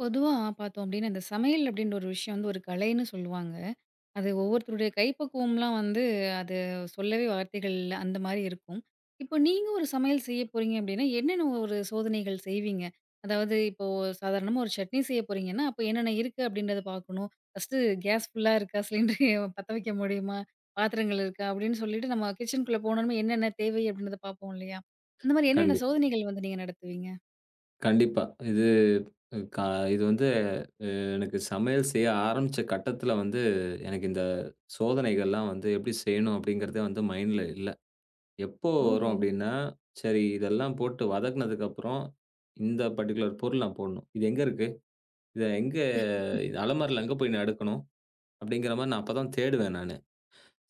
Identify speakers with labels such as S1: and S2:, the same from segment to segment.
S1: பொதுவா பார்த்தோம் அப்டின்னா, இந்த சமையல் அப்டின்ற ஒரு விஷயம் வந்து ஒரு கலைன்னு சொல்லுவாங்க. அது ஒவ்வொருத்தருடைய கைப்பக்குவம்லாம் வந்து அது சொல்லவே வார்த்தைகள் இல்ல. அந்த மாரி இருக்கும். இப்போ நீங்க ஒரு சமையல் செய்ய போறீங்க அப்டின்னா, என்னென்ன ஒரு சோதனைகள் செய்வீங்க? அதாவது இப்போ சாதாரணமா ஒரு சட்னி செய்ய போறீங்கன்னா, அப்போ என்னென்ன இருக்கு அப்டின்றத பார்க்கணும். ஃபர்ஸ்ட்டு கேஸ் ஃபுல்லா இருக்கா? சிலிண்டர் பத்த வைக்க முடியுமா? பாத்திரங்கள் இருக்கா? அப்டின்னு சொல்லிட்டு நம்ம கிச்சனுக்குள்ள போனோனே என்னென்ன தேவை அப்டின்றத பார்ப்போம் இல்லையா? அந்த மாரி என்னென்ன
S2: கண்டிப்
S1: சோதனைகள் வந்து நீங்க நடத்துவீங்க?
S2: கண்டிப்பா. இது க இது வந்து எனக்கு சமையல் செய்ய ஆரம்பிச்ச கட்டத்தில வந்து, எனக்கு இந்த சோதனைகள்லாம் வந்து எப்படி செய்யணும் அப்படிங்கிறதே வந்து மைண்ட்ல இல்ல. எப்போ வரும்
S1: ஓஹோ!
S2: அப்படின்னா, சரி இதெல்லாம் போட்டு வதக்குனதுக்கப்புறம், இந்த பர்ட்டிகுலர் பொருள் நான் போடணும். இது எங்க இருக்கு? இத எங்க இது அலமாரில எங்க போய் நான் எடுக்கணும்? அப்படிங்கிற மாரி நான் அப்பதான் தேடுவேன் நானு.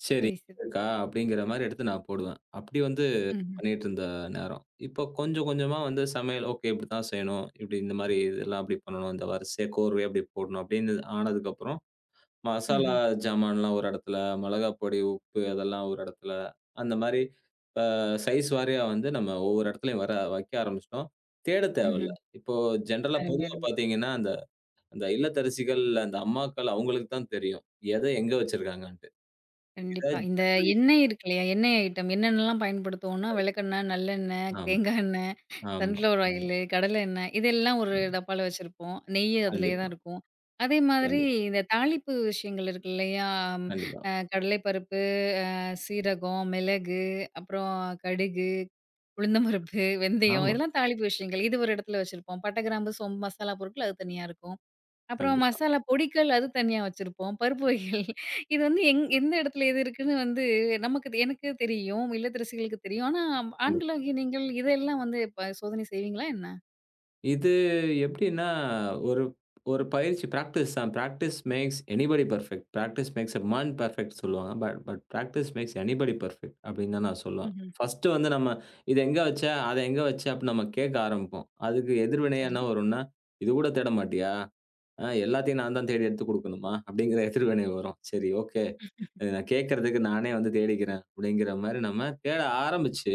S2: சரி
S1: சரி,
S2: இங்க
S1: சரி.
S2: இருக்கா? அப்படிங்கிற மாரி எடுத்து நான் போடுவேன். அப்படி வந்து
S1: ம்ஹ்ம்.
S2: பண்ணிட்டு இருந்த நேரம். இப்போ கொஞ்சம் கொஞ்சமா வந்து சமையல் ஓகே இப்படித்தான் செய்யணும். இப்படி இந்த மாரி இதெல்லாம் அப்படி பண்ணணும். இந்த வரிசையா கோர்வையா இப்படி போடணும் அப்படின்னு ஆனதுக்கப்புறம், மசாலா
S1: ம்ஹ்ம்.
S2: ஜாமான்லாம் ஒரு இடத்துல, மிளகாய் பொடி, உப்பு அதெல்லாம் ஒரு இடத்துல, அந்த மாரி அ சைஸ் வாரியா வந்து நம்ம ஒவ்வொரு இடத்துலயும் வர வைக்க ஆரம்பிச்சுட்டோம். தேட தேவையில்ல.
S1: ம்ஹ்ம்.
S2: இப்போ ஜென்ரலா
S1: அருமை,
S2: பொதுவா
S1: அருமை.
S2: பார்த்தீங்கன்னா, அந்த அந்த இல்லத்தரசிகள், அந்த அம்மாக்கள் அவங்களுக்கு தான் தெரியும். எத எங்க வச்சிருக்காங்கன்ட்டு. இத
S1: கண்டிப்பா. இந்த
S2: ஜெனரலைஸ்
S1: எண்ணெய் இருக்கு இல்லையா? எண்ணெய் ஐட்டம் என்னென்னலாம் பயன்படுத்துவோம்னா, விளக்கெண்ணெய், நல்லெண்ணெய்,
S2: ஆமா,
S1: தேங்காய் எண்ணெய்,
S2: ஆமா,
S1: சன்ஃப்ளவர்
S2: ஆமா.
S1: ஆயிலு, கடலை எண்ணெய் இதெல்லாம் ஒரு
S2: ம்.
S1: டப்பால வச்சிருப்போம். நெய் அதிலயே தான்
S2: கண்டிப்பா,
S1: இருக்கும். அதே மாதிரி
S2: கண்டிப்பா.
S1: இந்த தாளிப்பு விஷயங்கள் இருக்கு இல்லையா?
S2: கண்டிப்பா.
S1: கடலை பருப்பு, சீரகம், மிளகு, அப்புறம் கடுகு, உளுந்தம் பருப்பு, வெந்தயம்
S2: ஆமா.
S1: இதெல்லாம் தாளிப்பு விஷயங்கள். இது ஒரு இடத்துல வச்சிருப்போம். பட்டை, கிராம்பு, சோம்பு மசாலா பொருட்கள் அது தனியா இருக்கும். அப்புறம்
S2: கண்டிப்பா,
S1: மசாலா பொடிகள் அது தனியா வச்சிருப்போம். பருப்பு வகைகள் இது வந்து எந்த இடத்துல எது இருக்குன்னு வந்து நமக்கு தெ எனக்கு தெரியும். இல்லத்தரசிகளுக்கு தெரியும். ஆனா,
S2: கண்டிப்பா.
S1: ஆண்களாகிய நீங்கள் இதெல்லாம் வந்து சோதனை செய்வீங்களா என்ன?
S2: இது எப்படின்னா, ஒரு ஒரு பயிற்சி பிராக்டிஸ் தான். Practice makes anybody perfect. Practice makes a man perfect சொல்லுவாங்க. But but practice makes anybody perfect அப்படின்னு தான் நான் சொல்லுவேன்.
S1: ம்ஹ்ம்.
S2: ஃபர்ஸ்ட் வந்து நம்ம இத எங்க வச்ச? அத எங்க வச்ச? அப்படின்னு நம்ம கேட்க ஆரம்பிப்போம். அதுக்கு எதிர்வினையா
S1: சரி.
S2: என்ன வரும்னா, "இது கூட தேட மாட்டியா? எல்லாத்தையும் நான் தான் தேடி எடுத்துக் குடுக்கணுமா?" அப்படிங்கிற எதிர்வினை வரும். சரி, ஓகே. நான் கேட்கறதுக்கு நானே வந்து தேடிக்கிறேன் அப்படிங்கிற மாரி நம்ம தேட ஆரம்பிச்சு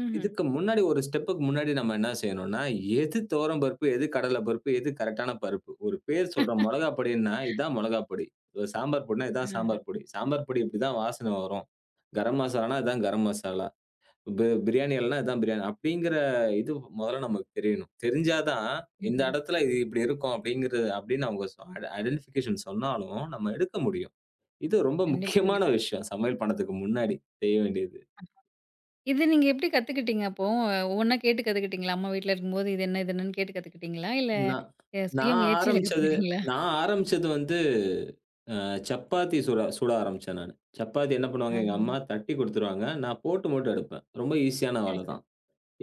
S1: ம்ஹ்ம்.
S2: இதுக்கு முன்னாடி ஒரு ஸ்டெப்புக்கு முன்னாடி நம்ம என்ன செய்யணும்னா, எது துவரம் பருப்பு, எது கடலை பருப்பு, எது கரெக்டான பருப்பு. ஒரு பேர் சொல்றோம் மொளகா பொடின்னா, இதான் மொளகா பொடி. ஒரு சாம்பார் பொடின்னா, இதான்
S1: ஆஹா.
S2: சாம்பார் பொடி. சாம்பார் பொடி இப்படிதான் வாசனை வரும். கரம் மசாலானா, இதான் கரம் மசாலா. பிரியாணி எல்லாம் இதான் பிரியாணி. அப்படிங்கிற இது முதல்ல நமக்கு தெரியணும். தெரிஞ்சா தான், இந்த
S1: ம்ஹ்ம்.
S2: இடத்துல இது இப்படி இருக்கும் அப்படிங்கிறது அப்படின்னு அவங்க சொ ஐ ஐடென்டிஃபிகேஷன் சொன்னாலும், நம்ம எடுக்க முடியும். இது ரொம்ப
S1: கண்டிப்பா,
S2: முக்கியமான
S1: கண்டிப்பா.
S2: விஷயம். சமையல் பண்ணதுக்கு முன்னாடி செய்ய வேண்டியது.
S1: இது நீங்க எப்படி கத்துக்கிட்டீங்க அப்போ? ஒவ்வொன்னா கேட்டு கத்துக்கிட்டீங்களா? அம்மா வீட்ல இருக்கும்போது இது என்ன? இது என்னன்னு கேட்டு கத்துக்கிட்டீங்களா? இல்ல
S2: நான்
S1: சுய
S2: நான்
S1: முயற்சியில
S2: ஆரம்பிச்சது
S1: கத்துக்கிட்டீங்களா?
S2: நான் ஆரம்பிச்சது வந்து சப்பாத்தி சுட சுட ஆரம்பிச்சேன் நானு. சப்பாத்தி என்ன பண்ணுவாங்க, எங்க
S1: ஆஹா.
S2: அம்மா தட்டி குடுத்துருவாங்க. நான் போட்டு மட்டும் எடுப்பேன். ரொம்ப ஈஸியான
S1: சரி,
S2: வேல
S1: சரி.
S2: தான்.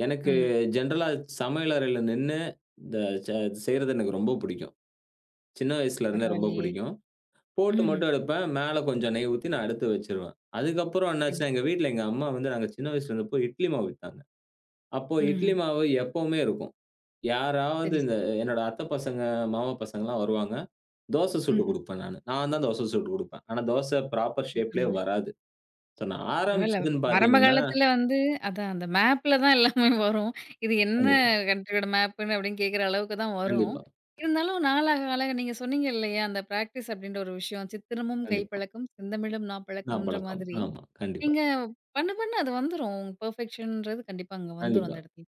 S2: எனக்கு
S1: ம்ஹ்ம்.
S2: ஜெனரலா சமையலறையில நின்னு இந்த ச செய்றது எனக்கு ரொம்ப புடிக்கும். சின்ன வயசுல இருந்தே ரொம்ப
S1: பரவாயில்லையே!
S2: புடிக்கும். போட்டு
S1: ம்ஹ்ம்.
S2: மட்டும் எடுப்பேன். மேல கொஞ்சம் நெய் ஊத்தி நான் எடுத்து வச்சுருவேன். அதுக்கப்புறம்
S1: சரி,
S2: என்னாச்சுன்னா,
S1: சரி.
S2: எங்க வீட்ல எங்க அம்மா வந்து நாங்க சின்ன வயசுல இருந்தப்போ இட்லி மாவு வித்தாங்க. அப்போ
S1: ம்ஹ்ம்.
S2: இட்லி மாவு எப்பவுமே இருக்கும். யாராவது
S1: சரி,
S2: இந்த
S1: சரி.
S2: என்னோட அத்தை பசங்க, மாமா பசங்கலாம் வருவாங்க. தோசை சுட்டு குடுப்பேன் நானு. நான் தான் தோசை சுட்டு குடுப்பேன். ஆனா தோசை ப்ராப்பர் ஷேப்லயே
S1: ம்ஹ்ம்.
S2: வராது. ஸோ நான்
S1: பரவால்ல.
S2: ஆரம்பிச்சதுன்னு
S1: ஆரம்ப
S2: பார்த்தீங்கன்னா
S1: காலத்துல வந்து அதான் அந்த மேப்ல தான் எல்லாமே வரும். இது என்ன
S2: கண்டிப்பா,
S1: கண்ட்ரியோட மேப்புன்னு அப்படின்னு கேட்குற அளவுக்கு தான் வரும்.
S2: கண்டிப்பா,
S1: இருந்தாலும் நாளாக ஆளாக நீங்க சொன்னீங்க இல்லையா, அந்த பிராக்டிஸ் அப்படின்ற ஒரு விஷயம். சித்திரமும்
S2: கண்டிப்பா.
S1: கைப்பழக்கம், செந்தமிழும்
S2: நான்
S1: நாப்பழக்கம்ன்ற
S2: பழக்கம்.
S1: மாதிரி.
S2: ஆமா. கண்டிப்பா,
S1: நீங்க பண்ண பண்ண அது வந்துரும். பெர்ஃபெக்ஷன்ன்றது கண்டிப்பா அங்க வந்துரும்
S2: கண்டிப்பா.
S1: அந்த இடத்துல.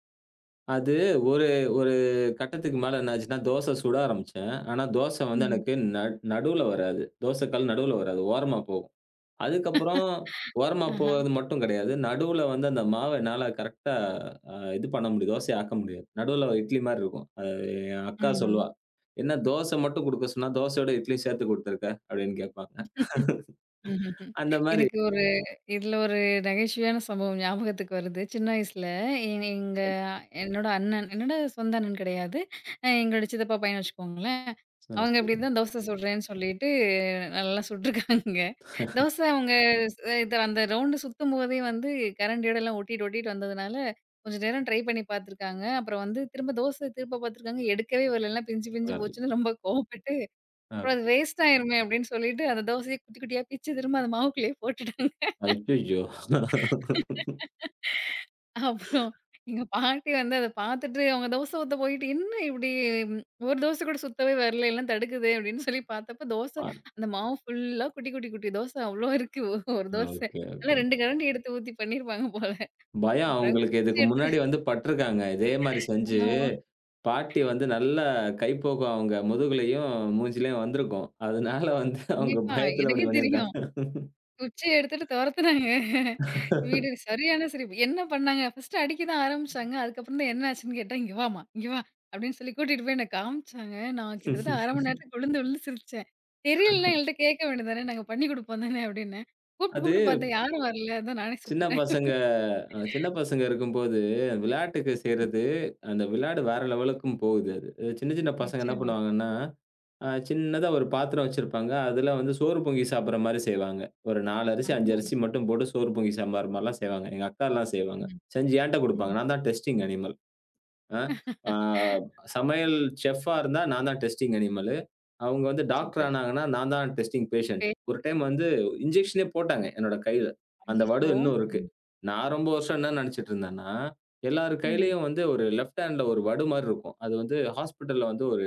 S2: அது ஒரு ஒரு கட்டத்துக்கு மேல என்ன ஆச்சுன்னா, தோசை சுட ஆரம்பிச்சேன். ஆனா தோசை வந்து
S1: ம்.
S2: எனக்கு நடுவுல வராது. தோசை கல் நடுவுல வராது. ஓரமா போகும். அதுக்கப்புறம் ஓரமா
S1: ஆஹா.
S2: போறது மட்டும் கிடையாது. நடுவுல வந்து அந்த மாவ என்னால கரெக்ட்டா இது பண்ண முடியும். தோசையா ஆக்க முடியாது. நடுவுல இட்லி மாரி இருக்கும். அது என் அக்கா
S1: ம்.
S2: சொல்லுவா. "என்ன தோசை மட்டும் குடுக்க சொன்னா, தோசையோட இட்லியும் சேர்த்து குடுத்துருக்க?" அப்படின்னு கேட்பாங்க.
S1: ம்ஹ்ஹ்ம்.
S2: அந்த மாரி
S1: எனக்கு ஒரு இதுல ஒரு நகைச்சுவையான சம்பவம் ஞாபகத்துக்கு வருது. சின்ன வயசுல எ எங்க என்னோட அண்ணன் என்னோட சொந்த அண்ணன் கிடையாது. எங்களோட சித்தப்பா பையன்னு வச்சுக்கோங்களேன்.
S2: ஆ
S1: அவங்க
S2: சொல்லுங்க.
S1: இப்டிதான் தோசை சுடுறேன்னு சொல்லிட்டு நல்லா சுட்டுருக்காங்க. தோசை அவங்க ஸ் இது அந்த ரவுண்டு சுத்தும்போதே வந்து கரண்டியோட எல்லாம் ஒட்டிட்டு ஒட்டிட்டு வந்ததுனால, கொஞ்சம் நேரம் ட்ரை பண்ணி பார்த்துருக்காங்க. அப்புறம் வந்து திரும்ப பார்த்துருக்காங்க. எடுக்கவே வரல. எல்லாம் பிஞ்சு பிஞ்சு
S2: மாறல.
S1: போச்சுன்னு ரொம்ப கோவப்பட்டு அப்புறம் அது
S2: ஓகே.
S1: வேஸ்ட் ஆயிருமே அப்படின்னு சொல்லிட்டு, அந்த தோசைய குட்டி குட்டியா பிச்சு திரும்ப அந்த மாவுக்குள்ளேயே போட்டுட்டாங்க.
S2: அய்யய்யோ!
S1: அப்புறம் எங்க பாட்டி வந்து அத பார்த்துட்டு, அவங்க தோசை ஊத்த போயிட்டு, "என்ன இப்படி ம், ஒரு தோசை கூட சுத்தவே வரல, எல்லாம் தடுக்குதே" அப்படின்னு சொல்லி பார்த்தப்ப, தோசை
S2: ஆ.
S1: அந்த மாவு ஃபுல்லா குட்டி குட்டி குட்டி தோசை அவ்ளோ இருக்கு. ஒரு தோசை.
S2: ஓகே,
S1: நல்லா
S2: ஓகே.
S1: 2 கரண்டி எடுத்து ஊத்தி பண்ணியிருப்பாங்க போல.
S2: பயம்
S1: அப்புறம்
S2: அவங்களுக்கு
S1: குச்சி
S2: இதுக்கு
S1: எடுத்து
S2: முன்னாடி வந்து பட்டுருக்காங்க. இதே மாரி செஞ்சு.
S1: ஆமா.
S2: பாட்டி வந்து நல்லா கைப்போக்கம் அவங்க முதுகுலயும், மூஞ்சிலயும் வந்திருக்கும். அதனால வந்து அவங்க
S1: கண்டிப்பா.
S2: பயத்துல அப்படி
S1: எனக்கே தெரியும்.
S2: பண்ணியிருக்காங்க.
S1: குச்சிய எடுத்துட்டு தொரத்துனாங்க. வீடு சரியான சிரிப்பு. என்ன பண்ணாங்க? ஃபர்ஸ்ட்டு அடிக்க தான் ஆரம்பிச்சாங்க. அதுக்கப்புறம் தான் என்ன ஆச்சுன்னு கேட்டா, "இங்க வாம்மா, இங்க வா" அப்படின்னு சொல்லி கூட்டிட்டு போய் என்ன காமிச்சாங்க. நான் கிட்டத்தட்ட 1/2 மணி நேரத்துக்கு விழுந்து விழுந்து சிரிச்சேன். தெரியலன்னா எங்கள்ட்ட கேட்க வேண்டியது தானே, நாங்க பண்ணி குடுப்போம் தானே அப்படின்னு. கூப்பிட்டு
S2: அது
S1: கூப்பிட்டு பார்த்தேன் யாரும் வரல. அதான் நானே
S2: சின்ன
S1: சுட்டுட்டேன்.
S2: பசங்க சின்ன பசங்க இருக்கும்போது விளையாட்டுக்கு செய்றது, அந்த விளையாடு வேற லெவலுக்கும் போகுது அது. சின்ன சின்ன பசங்க என்ன
S1: நிச்சயமா.
S2: பண்ணுவாங்கன்னா, சின்னதா ஒரு பாத்திரம் வச்சிருப்பாங்க. அதுல வந்து சோறு பொங்கி சாப்பிடுற மாரி செய்வாங்க. ஒரு 4 அரிசி, 5
S1: ஆமா.
S2: அரிசி மட்டும் போட்டு சோறு பொங்கி சாம்பார் மாரிலாம் செய்வாங்க. எங்க அக்காலாம் செய்வாங்க.
S1: ம்.
S2: செஞ்சு என்ட்ட
S1: ம்.
S2: குடுப்பாங்க. நான் தான் டெஸ்டிங் அனிமல். அ ஆ சமையல் செஃப்பா இருந்தா நான் தான் டெஸ்டிங் அனிமலு. அவங்க வந்து டாக்டர்
S1: சூப்பர்.
S2: ஆனாங்கன்னா, நான் தான் டெஸ்டிங் பேஷண்ட்.
S1: பே
S2: ஒரு டைம் வந்து இன்ஜெக்ஷனே போட்டாங்க என்னோட கையில. அந்த வடு
S1: அய்யய்யோ!
S2: இன்னும் இருக்கு.
S1: ம்.
S2: நான் ரொம்ப வருஷம் என்ன நெனச்சுட்டு இருந்தேன்னா, எல்லார்
S1: ம்ஹ்ம்.
S2: கையிலயும் வந்து ஒரு லெஃப்ட் ஹேண்ட்ல ஒரு வடு மாரி இருக்கும். அது வந்து ஹாஸ்பிட்டல்ல வந்து ஒரு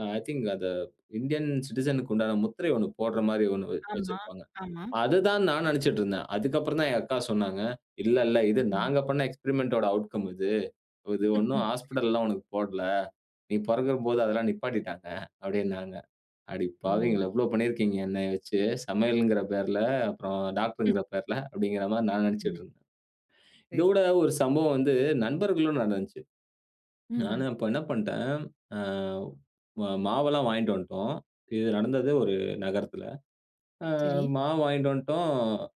S2: ஐ திங்க் அந்த இந்தியன் சிட்டிசனுக்கு உண்டான முத்திரை ஒண்ணு போடுற மாரி ஒண்ணு
S1: ஆமா,
S2: வச்சிருப்பாங்க.
S1: ஆமா.
S2: அதுதான் நான் நெனச்சுட்டு இருந்தேன். அதுக்கப்புறம் தான் என் அக்கா சொன்னாங்க. "இல்ல, இல்ல இது
S1: ம்.
S2: நாங்க பண்ண எக்ஸ்பெரிமென்ட்டோட அவுட்கம் இது." இது ஒண்ணும் ஹாஸ்பிட்டல்லாம் உனக்கு போடல. நீ பொறக்கும்போது அதெல்லாம் நிப்பாட்டிட்டாங்க அப்டின்னாங்க. அடி
S1: ஓஹோ!
S2: பாவிங்களா! எவ்ளோ பண்ணியிருக்கீங்க என்னைய வச்சு. சமையல்ங்கிற பேர்ல, அப்புறம்
S1: ம்.
S2: டாக்டர்ங்கிற பேர்ல அப்டிங்கிற மாரி நான்
S1: ம்.
S2: நெனச்சுட்டு இருந்தேன்.
S1: சரி, சரி.
S2: இதோட ஒரு சம்பவம் வந்து நண்பர்களும் நடந்துச்சு.
S1: ம்ஹ்ம்.
S2: நானு அப்ப என்ன பண்ட்டேன், அ ம மாவெல்லாம் வாங்கிட்டு வந்துட்டோம். இது நடந்தது ஒரு நகரத்துல. அ
S1: சரி.
S2: மாவு வாங்கிட்டு வந்துட்டோம்.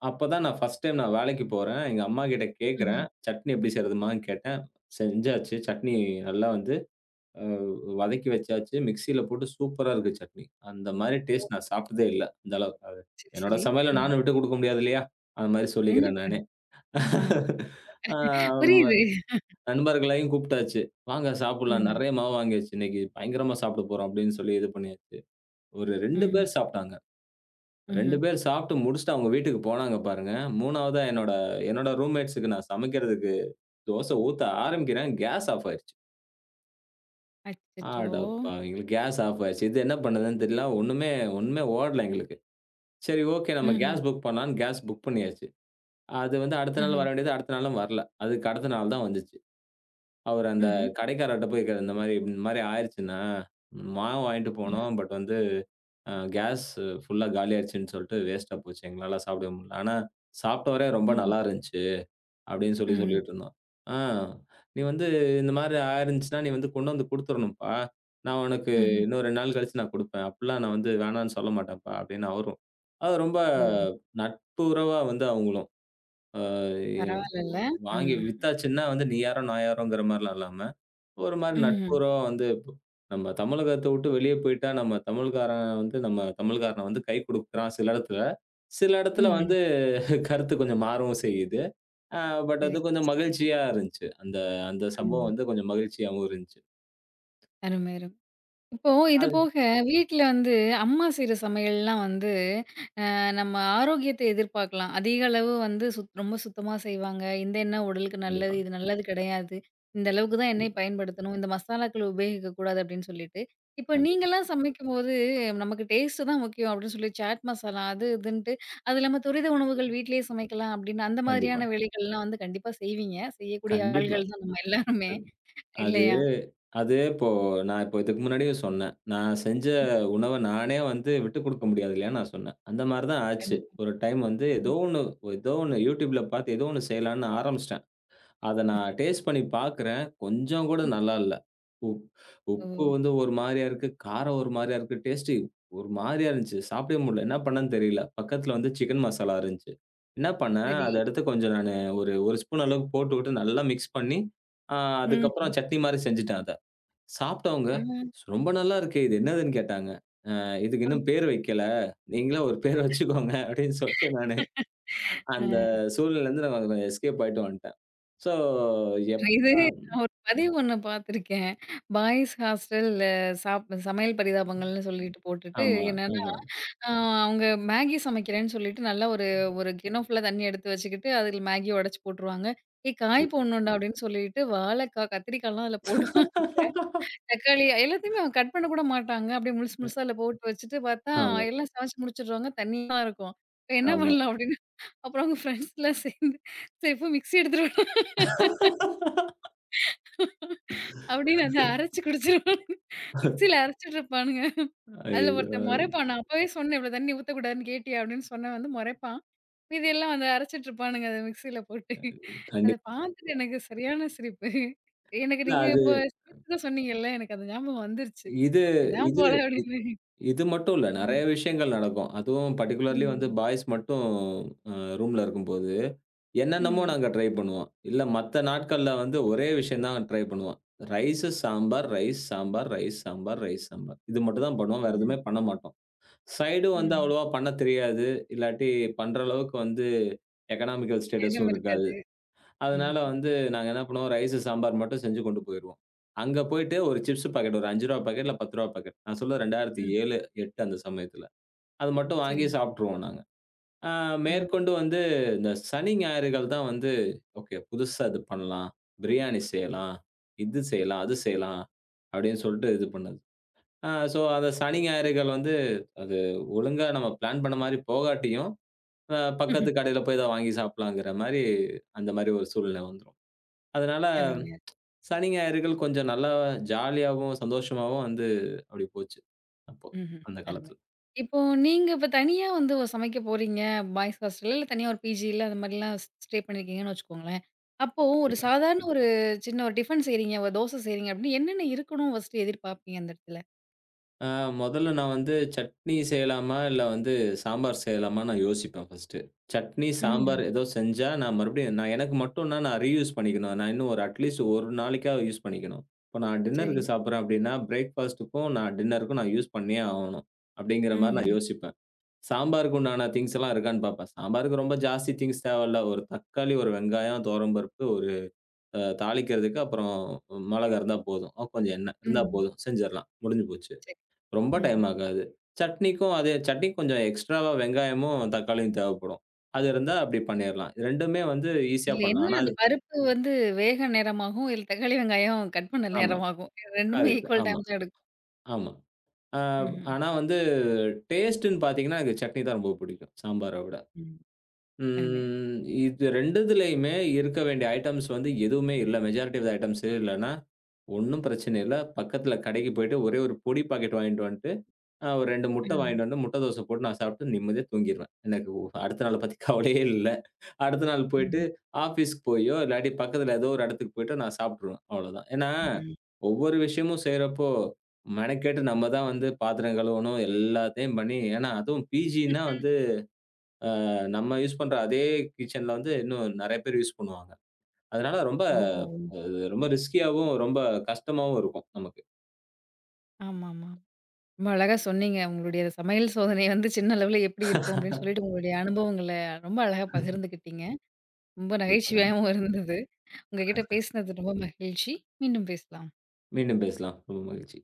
S2: அப்பதான் நான் ஃபர்ஸ்ட் டைம் நான் வேலைக்கு போறேன். எங்க அம்மாகிட்ட கேட்குறேன்.
S1: ம்ஹ்ம்.
S2: சட்னி எப்டி செய்றதும்மான்னு கேட்டேன். செஞ்சாச்சு. சட்னி நல்லா வந்து அ வதக்கி வச்சாச்சு. மிக்ஸியில போட்டு சூப்பரா இருக்கு சட்னி. அந்த மாரி
S1: ஓ!
S2: டேஸ்ட் நான் சாப்பிட்டதே இல்ல. இந்த அளவுக்கு அது.
S1: சரி,
S2: என்னோட
S1: சரி.
S2: சமையல
S1: ம்ஹ்ம்.
S2: நானும் விட்டுக் குடுக்க முடியாது இல்லையா? அந்த மாரி
S1: கண்டிப்பா,
S2: சொல்லிக்கிறேன் நானே.
S1: கண்டிப்பா. ஆ
S2: ஆ ம
S1: புரியுது.
S2: நண்பர்களையும் கூப்பிட்டாச்சு. "வாங்க சாப்பிடலாம்.
S1: ம்ஹ்ம்.
S2: நெறைய மாவு வாங்கியாச்சு இன்னைக்கு. பயங்கரமா சாப்பிட போறோம்." அப்படின்னு சொல்லி இது பண்ணியாச்சு. ஒரு 2
S1: ம்ஹ்ம்.
S2: பேர் சாப்பிட்டாங்க. 2
S1: ம்ஹ்ம்.
S2: பேர் சாப்பிட்டு முடிச்சுட்டு அவங்க வீட்டுக்கு போனாங்க பாருங்க. 3வதா என்னோட என்னோட ரூம்மேட்ஸ்க்கு நான் சமைக்கிறதுக்கு தோசை ஊத்த ஆரம்பிக்கிறேன். கேஸ் ஆஃப் ஆயிருச்சு.
S1: அச்சச்சோ!
S2: அடப்பாவி! எங்களுக்கு கேஸ் ஆஃப் ஆயிருச்சு. இது என்ன பண்ணுதுன்னு தெரியல. ஒண்ணுமே ஒண்ணுமே ஓடல எங்களுக்கு. சரி ஓகே நம்ம
S1: ம்ஹ்ம்.
S2: கேஸ் புக் பண்ணலான்னு கேஸ் புக் பண்ணியாச்சு. அது வந்து அடுத்த நாள்
S1: ம்ஹ்ம்.
S2: வர வேண்டியது அடுத்த நாளும் வரல. அதுக்கு அடுத்த நாள் தான் வந்துச்சு. அவரு அந்த
S1: ம்ஹ்ம்.
S2: கடைக்காரர்ட்ட போய் இந்த மாரி இந்த மாரி ஆயிருச்சுண்ணா. மாவு வாங்கிட்டு
S1: ம்ஹ்ம்.
S2: போனோம். பட் வந்து கேஸ் ஃபுல்லா காலியாயிருச்சுன்னு சொல்லிட்டு வேஸ்ட்டா போச்சு. எங்களால சாப்பிடவே முடியல. ஆனா சாப்பிட்ட வரையும் ரொம்ப
S1: ம்ஹ்ம்.
S2: நல்லா இருந்துச்சு. அப்படின்னு சொல்லி
S1: ம்ஹ்ம்.
S2: சொல்லிட்டுருந்தான். ஆ நீ வந்து இந்த மாரி ஆயிருந்துச்சுன்னா, நீ வந்து கொண்டு வந்து குடுத்துரணும்ப்பா. நான் உனக்கு
S1: ம்ஹ்ம்.
S2: இன்னும் 2 நாள் கழிச்சு நான் குடுப்பேன். அப்படிலாம் நான் வந்து வேணான்னு சொல்ல மாட்டேன்ப்பா அப்படின்னு அவரும். அது ரொம்ப
S1: ஓ!
S2: நட்புறவா வந்து அவங்களும். அ எ
S1: பரவால்லல்ல.
S2: வாங்கி
S1: ம்.
S2: வித்தாச்சுன்னா வந்து நீ யாரோ, நான் யாரோங்கிற மாரிலாம் இல்லாம, ஒரு மாரி
S1: ம்ஹ்ம்.
S2: நட்புறவா வந்து இப்போ நம்ம தமிழகத்த விட்டு வெளிய போயிட்டா, நம்ம தமிழ்காரன் வந்து நம்ம தமிழ்காரன வந்து கை குடுக்குறான் சில இடத்துல. சில இடத்துல
S1: ம்ஹ்ம்.
S2: வந்து கருத்து கொஞ்சம் மாறவும் செய்யுது. ஆ பட்
S1: சரி.
S2: அது கொஞ்சம் மகிழ்ச்சியா இருந்துச்சு. அந்த அந்த சம்பவம்
S1: ம்ஹ்ம்.
S2: வந்து கொஞ்சம் மகிழ்ச்சியாவும் இருந்துச்சு.
S1: அருமை, அருமை. இப்போ இது
S2: அது
S1: போக வீட்ல வந்து அம்மா செய்ற சமையல்லாம் வந்து நம்ம ஆரோக்கியத்த எதிர்பார்க்கலாம். அதிக அளவு வந்து ரொம்ப சுத்தமா செய்வாங்க. இந்த எண்ணெய் உடலுக்கு நல்லது.
S2: கண்டிப்பா,
S1: இது நல்லது கிடையாது. இந்த அளவுக்கு தான் எண்ணெய் பயன்படுத்தணும். இந்த மசாலாக்கள் உபயோகிக்கக்கூடாது அப்படின்னு சொல்லிட்டு, இப்போ
S2: கண்டிப்பா,
S1: நீங்கலாம் சமைக்கும்போது நமக்கு டேஸ்ட்டு தான் முக்கியம் அப்படின்னு சொல்லி சாட் மசாலா அது இதுன்ட்டு, அது இல்லாம துரித உணவுகள் வீட்லயே சமைக்கலாம் அப்படின்னு அந்த
S2: கண்டிப்பா,
S1: மாதிரியான வேலைகள்லாம் வந்து கண்டிப்பா செய்வீங்க. செய்யக்கூடிய
S2: கண்டிப்பா.
S1: ஆள்கள் தான் நம்ம எல்லாருமே
S2: அது அது
S1: இல்லையா?
S2: அது இப்போ நான் இப்போ இதுக்கு முன்னாடியே சொன்னேன். நான் செஞ்ச உணவ நானே வந்து விட்டுக் குடுக்க முடியாது இல்லையான்னு நான் சொன்னேன். அந்த மாரி தான் ஆச்சு.
S1: கண்டிப்பா.
S2: ஒரு டைம் வந்து
S1: ம்.
S2: ஏதோ ஒண்ணு YouTubeல பார்த்து ஏதோ ஒண்ணு செய்யலான்னு ஆரம்பிச்சுட்டேன். அத நான் டேஸ்ட் பண்ணி பார்க்குறேன். கொஞ்சம் கூட நல்லா இல்ல. உப்
S1: ஓ!
S2: உப்பு வந்து ஒரு மாரியா இருக்கு. காரம் ஒரு மாரியா இருக்கு. டேஸ்ட்டு ஒரு மாரியா இருந்துச்சு. சாப்பிடவே முடியல. என்ன பண்ணேன்னு தெரியல. பக்கத்துல வந்து சிக்கன் மசாலா இருந்துச்சு. என்ன பண்ணேன்,
S1: சரி.
S2: அத எடுத்து கொஞ்சம் நானு ஒரு 1 ஸ்பூன் அளவுக்கு போட்டுவிட்டு நல்லா மிக்ஸ் பண்ணி, அ
S1: ம்ஹ்ம்.
S2: அதுக்கப்புறம் சட்னி மாரி செஞ்சுட்டேன் அத. சாப்பிட்டவங்க,
S1: ஆ.
S2: "ரொம்ப நல்லா இருக்கே! இது என்னதுன்னு?" கேட்டாங்க. இதுக்கு இன்னும் பேர் வைக்கல. நீங்களே ஒரு பேர் வச்சுக்கோங்க." அப்படின்னு சொல்லிட்டு நானு அந்த
S1: ஆ.
S2: சூழ்நிலையிலருந்து நான் எஸ்கேப் ஆயிட்டு வந்துட்டேன். ஸோ, எப்
S1: இது
S2: அ.
S1: நான் ஒரு பதிவு ஒண்ணு பார்த்துருக்கேன். பாய்ஸ் ஹாஸ்டல் சாப் சமையல் பரிதாபங்கள்னு சொல்லிட்டு போட்டுட்டு
S2: ஆமா,
S1: என்னன்னா,
S2: ஆமா.
S1: அ அவங்க மேகி சமைக்கிறேன்னு சொல்லிட்டு நல்லா ஒரு ஒரு கிண்ணம் ஃபுல்லா தண்ணி எடுத்து வச்சுக்கிட்டு, அதுல மேகிய உடைச்சு போட்டுருவாங்க. ஏய் காய்
S2: கண்டிப்பா.
S1: போடணும்டா அப்படின்னு சொல்லிட்டு வாழைக்காய், கத்திரிக்காய்லாம் அதுல போடுவாங்க. தக்காளி எல்லாத்தையுமே அவங்க கட் பண்ண கூட மாட்டாங்க. அப்படியே முழுசு முழுசா அதுல போட்டு வச்சுட்டு பார்த்தா,
S2: ஆமா,
S1: எல்லாம் சமைச்சு முடிச்சுடுறாங்க. தண்ணியா தான் இருக்கும். இப்ப என்ன
S2: ஆமா.
S1: பண்ணலாம் அப்படின்னு, அப்புறம் அவங்க ஃப்ரெண்ட்ஸ்லாம் சேர்ந்து சரி போய் மிக்ஸி எடுத்துட்டு வா அப்படின்னு அத அரைச்சு குடிச்சிருவாங்க. மிக்ஸியில அரைச்சுட்டு இருப்பானுங்க. அதுல ஒருத்தன்
S2: ஐயோ!
S1: முறைப்பான். நான் அப்பவே சொன்னேன், "இவ்வளோ தண்ணீ ஊத்தக்கூடாதுன்னு கேட்டியா?" அப்படின்னு சொன்னவன் வந்து முறைப்பான். மீதியெல்லாம் வந்து அரைச்சுட்டு இருப்பானுங்க அத மிக்ஸியில போட்டு. அத
S2: கண்டிப்பா.
S1: பார்த்துட்டு எனக்கு சரியான சிரிப்பு. எனக்கு
S2: இல்ல
S1: நீங்க
S2: அது
S1: இப்போ சமைச்சத சொன்னீங்கல்ல, எனக்கு அது ஞாபகம் வந்துருச்சு.
S2: இது
S1: இதான்
S2: இது
S1: போல அப்படின்னு.
S2: இது மட்டும் இல்ல.
S1: ம்.
S2: நெறைய விஷயங்கள் நடக்கும். அதுவும் பர்ட்டிகுலர்லி வந்து
S1: ம்.
S2: பாய்ஸ் மட்டும் அ ரூம்ல இருக்கும்போது, என்னென்னமோ
S1: ம்ஹ்ம்.
S2: நாங்க ட்ரை பண்ணுவோம். இல்ல மத்த நாட்கள்ல வந்து ஒரே விஷயம் தான் ட்ரை பண்ணுவோம். Rice, sambar, rice, sambar, rice, sambar, rice, sambar. இது மட்டும் தான் பண்ணுவோம். வேற
S1: ம்ஹ்ம்.
S2: எதுவுமே பண்ண மாட்டோம். சைடும் வந்து
S1: ம்.
S2: அவ்வளவா பண்ணத் தெரியாது. இல்லாட்டி பண்ற அளவுக்கு வந்து எக்கனாமிக்கல்
S1: நேரம்
S2: ஸ்டேட்டஸும் இருக்காது.
S1: இருக்காது.
S2: அதனால
S1: ம்ஹ்ம்.
S2: வந்து நாங்க என்ன பண்ணுவோம், ரைஸு, சாம்பார் மட்டும் செஞ்சு கொண்டு போயிருவோம். அங்க போயிட்டு ஒரு சிப்ஸ் பாக்கெட் ஒரு ரூ. 5 பாக்கெட் இல்ல ரூ. 10 பாக்கெட். நான் சொல்ல
S1: ம்.
S2: 2007, 8 அந்த சமயத்துல. அது மட்டும் வாங்கி
S1: சரிங்க.
S2: சாப்ட்டுருவோம் நாங்க. ஆ
S1: ம்.
S2: மேற்கொண்டு வந்து இந்த சனி, ஞாயிறுகள் தான் வந்து ஓகே புதுசா இது பண்ணலாம். பிரியாணி செய்யலாம். இது செய்யலாம், அது செய்யலாம் அப்டின்னு சொல்ட்டு இது பண்ணது. ஆ ஸோ, அத சனி, ஞாயிறுகள் வந்து அது ஒழுங்கா நம்ம பிளான் பண்ண மாரி போகாட்டியும், பக்கத்து கடையில போய் தான் வாங்கி சாப்பிடலாங்கிற மாரி, அந்த மாரி ஒரு சூழ்நிலை வந்துரும். அதனால
S1: அருமை.
S2: சனி, ஞாயிறுகள் கொஞ்சம் நல்லா ஜாலியாவும், சந்தோஷமாவும் வந்து அப்டி போச்சு. அப்போ
S1: ம்ஹ்ம்.
S2: அந்த
S1: அருமை.
S2: காலத்துல.
S1: இப்போ நீங்க இப்ப தனியா வந்து சமைக்க போறீங்க. பாய்ஸ் ஹாஸ்டல்ல இல்ல தனியா ஒரு பிஜில அந்த மாரிலாம் ஸ்டே பண்ணியிருக்கீங்கன்னு வச்சுக்கோங்களேன். அப்போ ஒரு
S2: சொல்லுங்க.
S1: சாதாரண ஒரு சின்ன ஒரு டிஃபன் செய்றீங்க, ஒரு தோசை செய்றீங்க அப்டின்னா என்னென்ன இருக்கணும் ஃபர்ஸ்ட்டு எதிர்பார்ப்பீங்க அந்த இடத்துல?
S2: ஆ மொதல்ல நான் வந்து சட்னி செய்யலாமா? இல்ல வந்து சாம்பார் செய்யலாமான்னு நான் யோசிப்பேன் ஃபர்ஸ்ட்டு. சட்னி,
S1: ம்ஹ்ம்.
S2: சாம்பார் ஏதோ செஞ்சா நான் மறுபடியும் நான் எனக்கு மட்டும்னா நான் ரீயூஸ் பண்ணிக்கணும். நான் இன்னும் ஒரு அட்லீஸ்ட் 1 நாளைக்காவது யூஸ் பண்ணிக்கணும். இப்போ நான்
S1: சரி.
S2: டின்னருக்கு சாப்பிடுறேன் அப்படின்னா, பிரேக்ஃபாஸ்ட்டுக்கும் நான் டின்னருக்கும் நான் யூஸ் பண்ணியே ஆவணும். அப்படிங்கிற மாரி நான்
S1: ம்ஹ்ம்.
S2: யோசிப்பேன். சாம்பாருக்கு உண்டான திங்ஸ் எல்லாம் இருக்கான்னு பார்ப்பேன். சாம்பாருக்கு ரொம்ப ஜாஸ்தி திங்ஸ் தேவையில்ல. ஒரு தக்காளி, ஒரு வெங்காயம், துவரம்பருப்பு, ஒரு தாளிக்கிறதுக்கு அப்புறம் மிளகா இருந்தா போதும். கொஞ்சம் எண்ணெய் இருந்தா
S1: ம்ஹ்ம்.
S2: போதும். செஞ்சிரலாம். முடிஞ்சு போச்சு.
S1: சரி.
S2: ரொம்ப டைம்
S1: ம்ஹ்ம்.
S2: ஆகாது. சட்னிக்கும் அதே சட்னி கொஞ்சம் எக்ஸ்ட்ராவா வெங்காயமும், தக்காளியும் தேவைப்படும். அது இருந்தா அப்படி பண்ணிறலாம். 2மே வந்து ஈஸியா
S1: இதுல என்ன
S2: பண்ணலாம். ஆனா
S1: அது
S2: அது
S1: பருப்பு வந்து வேக நேரமாகும், இல்ல தக்காளி, வெங்காயம் கட் பண்ண
S2: ஆமா.
S1: நேரமாகும். 2மே
S2: கரெக்ட்.
S1: ஈக்குவல்
S2: ஆமா,
S1: டைம் தான் எடுக்கும்.
S2: ஆமா. அ
S1: ம்ஹ்ம்.
S2: ஆனா வந்து டேஸ்ட்டுன்னு பார்த்தீங்கன்னா, எனக்கு சட்னி தான் ரொம்ப பிடிக்கும். சாம்பார விட.
S1: ம். அருமை.
S2: ம் இது 2துலயுமே இருக்க வேண்டிய ஐட்டம்ஸ் வந்து எதுவுமே இல்ல. மெஜாரிட்டி ஆஃப் த ஐட்டம்ஸே இல்லன்னா, ஒண்ணும் பிரச்சனை இல்ல. பக்கத்துல கடைக்கு போயிட்டு ஒரே ஒரு பொடி பாக்கெட் வாங்கிட்டு வந்துட்டு ஆ ஒரு 2 முட்டை
S1: ம்ஹ்ம்.
S2: வாங்கிட்டு வந்து, முட்டை தோசை போட்டு நான் சாப்பிட்டு நிம்மதியா தூங்கிருவேன். எனக்கு ஒ அடுத்த நாள பத்தி கவலையே இல்ல. அடுத்த நாள் போயிட்டு
S1: ம்ஹ்ம்.
S2: ஆஃபீஸ்க்கு போயோ, இல்லாட்டி பக்கத்துல ஏதோ ஒரு இடத்துக்கு போயிட்டு நான் சாப்பிட்டுருவேன். அவ்வளோதான். ஏன்னா, ஒவ்வொரு விஷயமும் செய்றப்போ, மெனக்கெட்டு நம்ம தான் வந்து பாத்திரம் கழுவணும், எல்லாத்தையும் பண்ணி ஏன்னா அதுவும் பிஜின்னா
S1: ம்.
S2: வந்து, அ நம்ம யூஸ் பண்ற அதே கிச்சன்ல வந்து இன்னும் நெறைய பேர் யூஸ் பண்ணுவாங்க. அதனால ரொம்ப
S1: ஓஹோ!
S2: அது ரொம்ப ரிஸ்கியாவும், ரொம்ப கஷ்டமாவும் இருக்கும் நமக்கு.
S1: ஆமாமா. ரொம்ப அழகா சொன்னீங்க. உங்களுடைய சமையல் சோதனை வந்து சின்ன அளவுல எப்படி இருக்கும் அப்படின்னு சொல்லிட்டு உங்களுடைய அனுபவங்கள ரொம்ப அழகா பகிர்ந்துக்கிட்டீங்க. ரொம்ப
S2: கண்டிப்பாக.
S1: நகைச்சுவையாவும் இருந்தது. உங்ககிட்ட பேசினது ரொம்ப மகிழ்ச்சி. மீண்டும் பேசலாம்.
S2: மீண்டும் பேசலாம். ரொம்ப மகிழ்ச்சி.